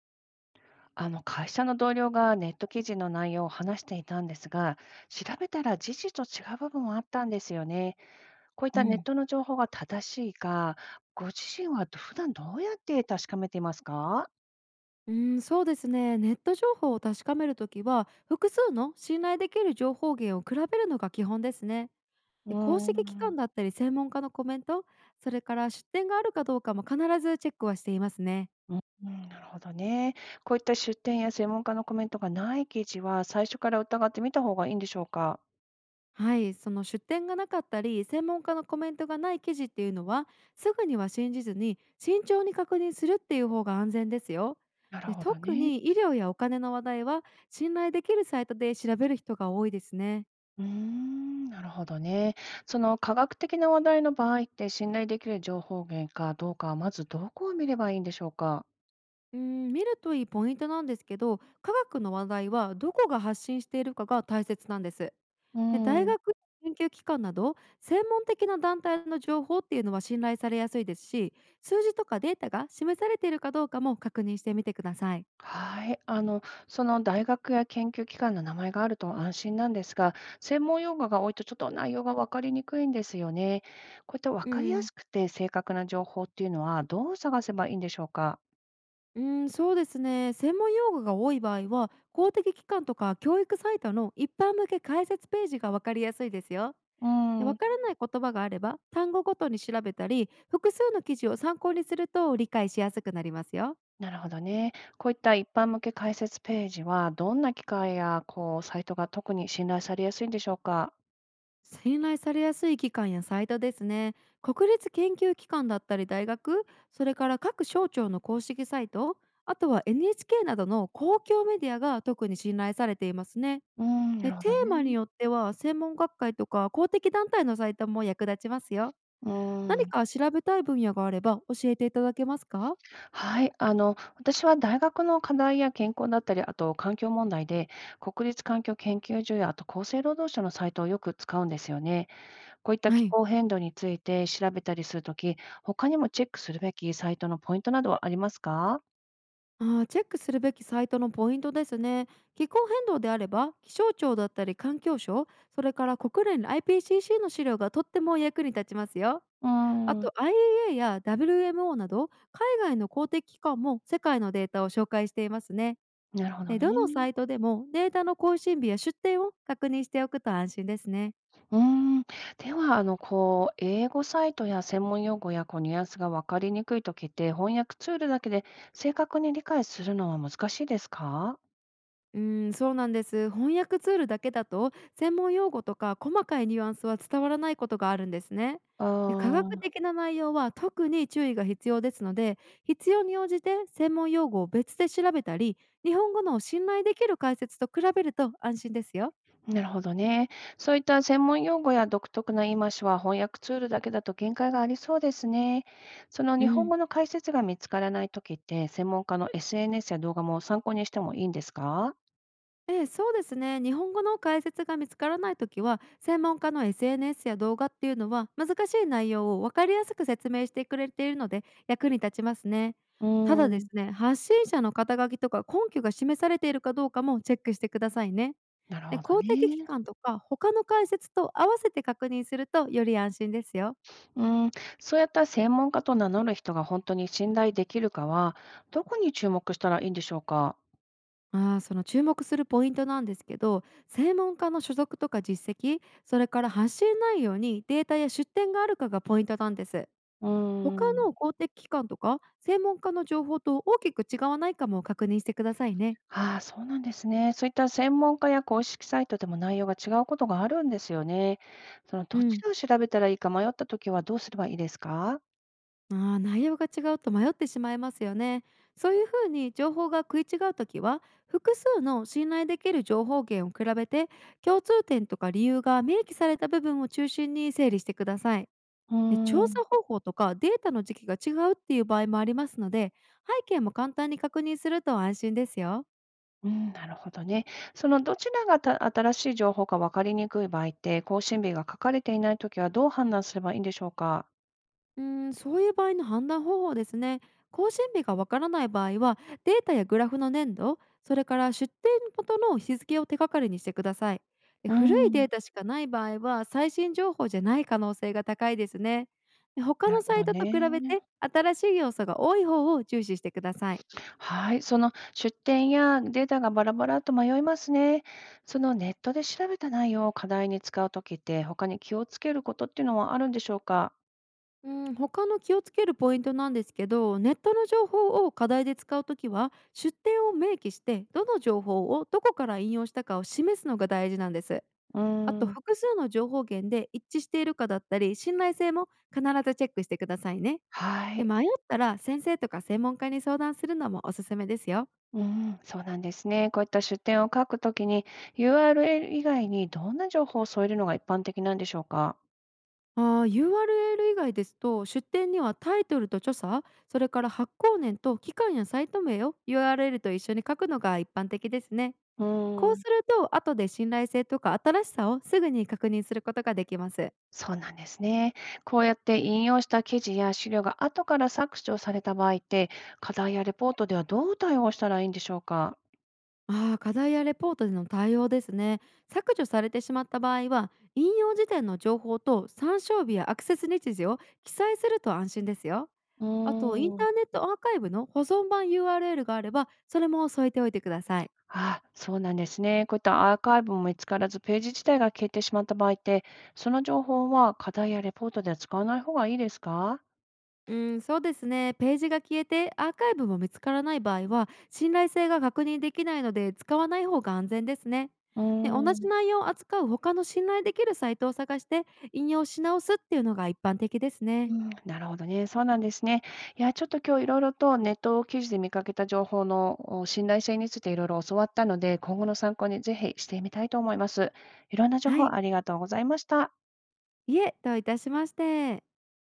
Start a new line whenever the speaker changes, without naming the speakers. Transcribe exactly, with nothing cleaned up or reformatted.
あの会社の同僚がネット記事の内容を話していたんですが、調べたら事実と違う部分もあったんですよね。こういっ
う
たネッ
ん、
トの情報が正しいか、ご自身はど普段どうやって確かめていますか？
うん、そうですね。ネット情報を確かめるときは、複数の信頼できる情報源を比べるのが基本ですね。
う
で公
ー
式機関
ん、
だったり専門家のコメント、それから出典があるかどうかも必ずチェックはしていますね。
うん、うんなるほどね。こういった出典や専門家のコメントがない記事は、最初から疑ってみた方がいいんでしょうか？
はい、その出典がなかったり、専門家のコメントがない記事っていうのは、すぐには信じずに慎重に確認するっていう方が安全ですよ。
なる
で
ほど
特
ね。
に医療やお金の話題は、信頼できるサイトで調べる人が多いですね。
うーん、なるほどね。その科学的な話題の場合って、信頼できる情報源かどうかは、まずどこを見ればいいんでしょうか？
うん、見るといいポイントなんですけど、科学の話題はどこが発信しているかが大切なんです。
うー
で、大
ん。
学、研究機関など専門的な団体の情報っていうのは信頼されやすいですし、数字とかデータが示されているかどうかも確認してみてください。
はい。あの、その大学や研究機関の名前があると安心なんですが、専門用語が多いとちょっと内容が分かりにくいんですよね。こういった分
う
かりや
ん、
すくて正確な情報っていうのは、どう探せばいいんでしょうか？
うん、そうですね。専門用語が多い場合は、公的機関とか教育サイトの一般向け解説ページがわかりやすいですよ。
う
でわ
ん。
からない言葉があれば、単語ごとに調べたり、複数の記事を参考にすると理解しやすくなりますよ。
なるほどね。こういった一般向け解説ページは、どんな機会やこうサイトが特に信頼されやすいんでしょうか？
信頼されやすい機関やサイトですね。国立研究機関だったり大学、それから各省庁の公式サイト、あとは エヌエイチケー などの公共メディアが特に信頼されていますね。
うーん、な
で
るほ
テ
ど
ーマに
ね。
よっては専門学会とか公的団体のサイトも役立ちますよ。
うー
何
ん。
か調べたい分野があれば教えていただけますか？
はい。あの、私は大学の課題や健康だったり、あと環境問題で、国立環境研究所や、あと厚生労働省のサイトをよく使うんですよね。こういった
は
気
い。
候変動について調べたりするとき、他にもチェックするべきサイトのポイントなどはありますか？
ああ、チェックするべきサイトのポイントですね。気候変動であれば、気象庁だったり環境省、それから国連 アイピーシーシー の資料がとっても役に立ちますよ。
うー
あ
ん、
と アイエー や ダブリューエムオー など、海外の公的機関も世界のデータを紹介していますね。
なるほど
で
ね。
どのサイトでもデータの更新日や出典を確認しておくと安心ですね。
うーん。では、あの、こう、英語サイトや専門用語や、こう、ニュアンスが分かりにくいときって、翻訳ツールだけで正確に理解するのは難しいですか？
うーん、そうなんです。翻訳ツールだけだと専門用語とか細かいニュアンスは伝わらないことがあるんですね。
あ
で科学
あ、
的な内容は特に注意が必要ですので、必要に応じて専門用語を別で調べたり、日本語の信頼できる解説と比べると安心ですよ。
なるほどね。そういった専門用語や独特な言い回しは翻訳ツールだけだと限界がありそうですね。その
う
日本
ん、
語の解説が見つからないときって、専門家の エスエヌエス や動画も参考にしてもいいんですか？
ええ、そうですね。日本語の解説が見つからないときは、専門家の エスエヌエス や動画っていうのは、難しい内容を分かりやすく説明してくれているので、役に立ちますね。
う
た
ー
だで
ん、
すね、発信者の肩書きとか根拠が示されているかどうかもチェックしてくださいね。
なる
で
ほど
公的機
ね。
関とか他の解説と合わせて確認するとより安心ですよ。
うーん、そうやった専門家と名乗る人が本当に信頼できるかは、どこに注目したらいいんでしょうか？
ああ、その注目するポイントなんですけど、専門家の所属とか実績、それから発信内容にデータや出典があるかがポイントなんです。
うー
他
ん、
の公的機関とか専門家の情報と大きく違わないかも確認してくださいね。
ああ、そうなんですね。そういった専門家や公式サイトでも内容が違うことがあるんですよね。その
う
どち
ん。
らを調べたらいいか迷ったときはどうすればいいですか？
あー内容が違うと迷ってしまいますよね。そういうふうに情報が食い違うときは、複数の信頼できる情報源を比べて、共通点とか理由が明記された部分を中心に整理してください。
う
で調
ー
査
ん、
方法とかデータの時期が違うっていう場合もありますので、背景も簡単に確認すると安心ですよ。
うん、なるほどね。そのどちらがた新しい情報か分かりにくい場合って、更新日が書かれていないときはどう判断すればいいんでしょうか？
うーん、そういう場合の判断方法ですね。更新日がわからない場合は、データやグラフの年度、それから出店元の日付を手がかりにしてください。で
う
古いデー
ん、
タしかない場合は、最新情報じゃない可能性が高いですね。で他
な
の
るほ
サイ
ど
トと比べ
ね。
て、新しい要素が多い方を重視してください。
はい、その出典やデータがバラバラと迷いますね。そのネットで調べた内容を課題に使うときって、他に気をつけることっていうのはあるんでしょうか？
うん、他の気をつけるポイントなんですけど、ネットの情報を課題で使うときは、出典を明記して、どの情報をどこから引用したかを示すのが大事なんです。
う
あと
ーん、
複数の情報源で一致しているかだったり、信頼性も必ずチェックしてくださいね。
は
で
い。
迷ったら先生とか専門家に相談するのもおすすめですよ。
うん、そうなんですね。こういった出典を書くときに、ユーアールエル 以外にどんな情報を添えるのが一般的なんでしょうか？
あー ユーアールエル 以外ですと、出典にはタイトルと著者、それから発行年と期間やサイト名を ユーアールエル と一緒に書くのが一般的ですね。
う
こ
ー
う
ん、
すると後で信頼性とか新しさをすぐに確認することができます。
そうなんですね。こうやって引用した記事や資料が後から削除された場合って、課題やレポートではどう対応したらいいんでしょうか？
ああ、課題やレポートでの対応ですね。削除されてしまった場合は、引用時点の情報と参照日やアクセス日時を記載すると安心ですよ。
う
あと、イン
ー
タ
ん。
ーネットアーカイブの保存版 ユーアールエル があれば、それも添えておいてください。
あ、そうなんですね。こういったアーカイブも見つからず、ページ自体が消えてしまった場合って、その情報は課題やレポートでは使わない方がいいですか？
うん、そうですね。ページが消えてアーカイブも見つからない場合は、信頼性が確認できないので使わない方が安全ですね。
う
で同
ー
じ
ん。
内容を扱う他の信頼できるサイトを探して、引用し直すっていうのが一般的です
う
ね。
ん、なるほどね。そうなんですね。いや、ちょっと今日いろいろとネット記事で見かけた情報のお信頼性についていろいろ教わったので、今後の参考にぜひしてみたいと思います。いろんな情
は
報
い。
ありがとうございました。
いえ、どういたしまして。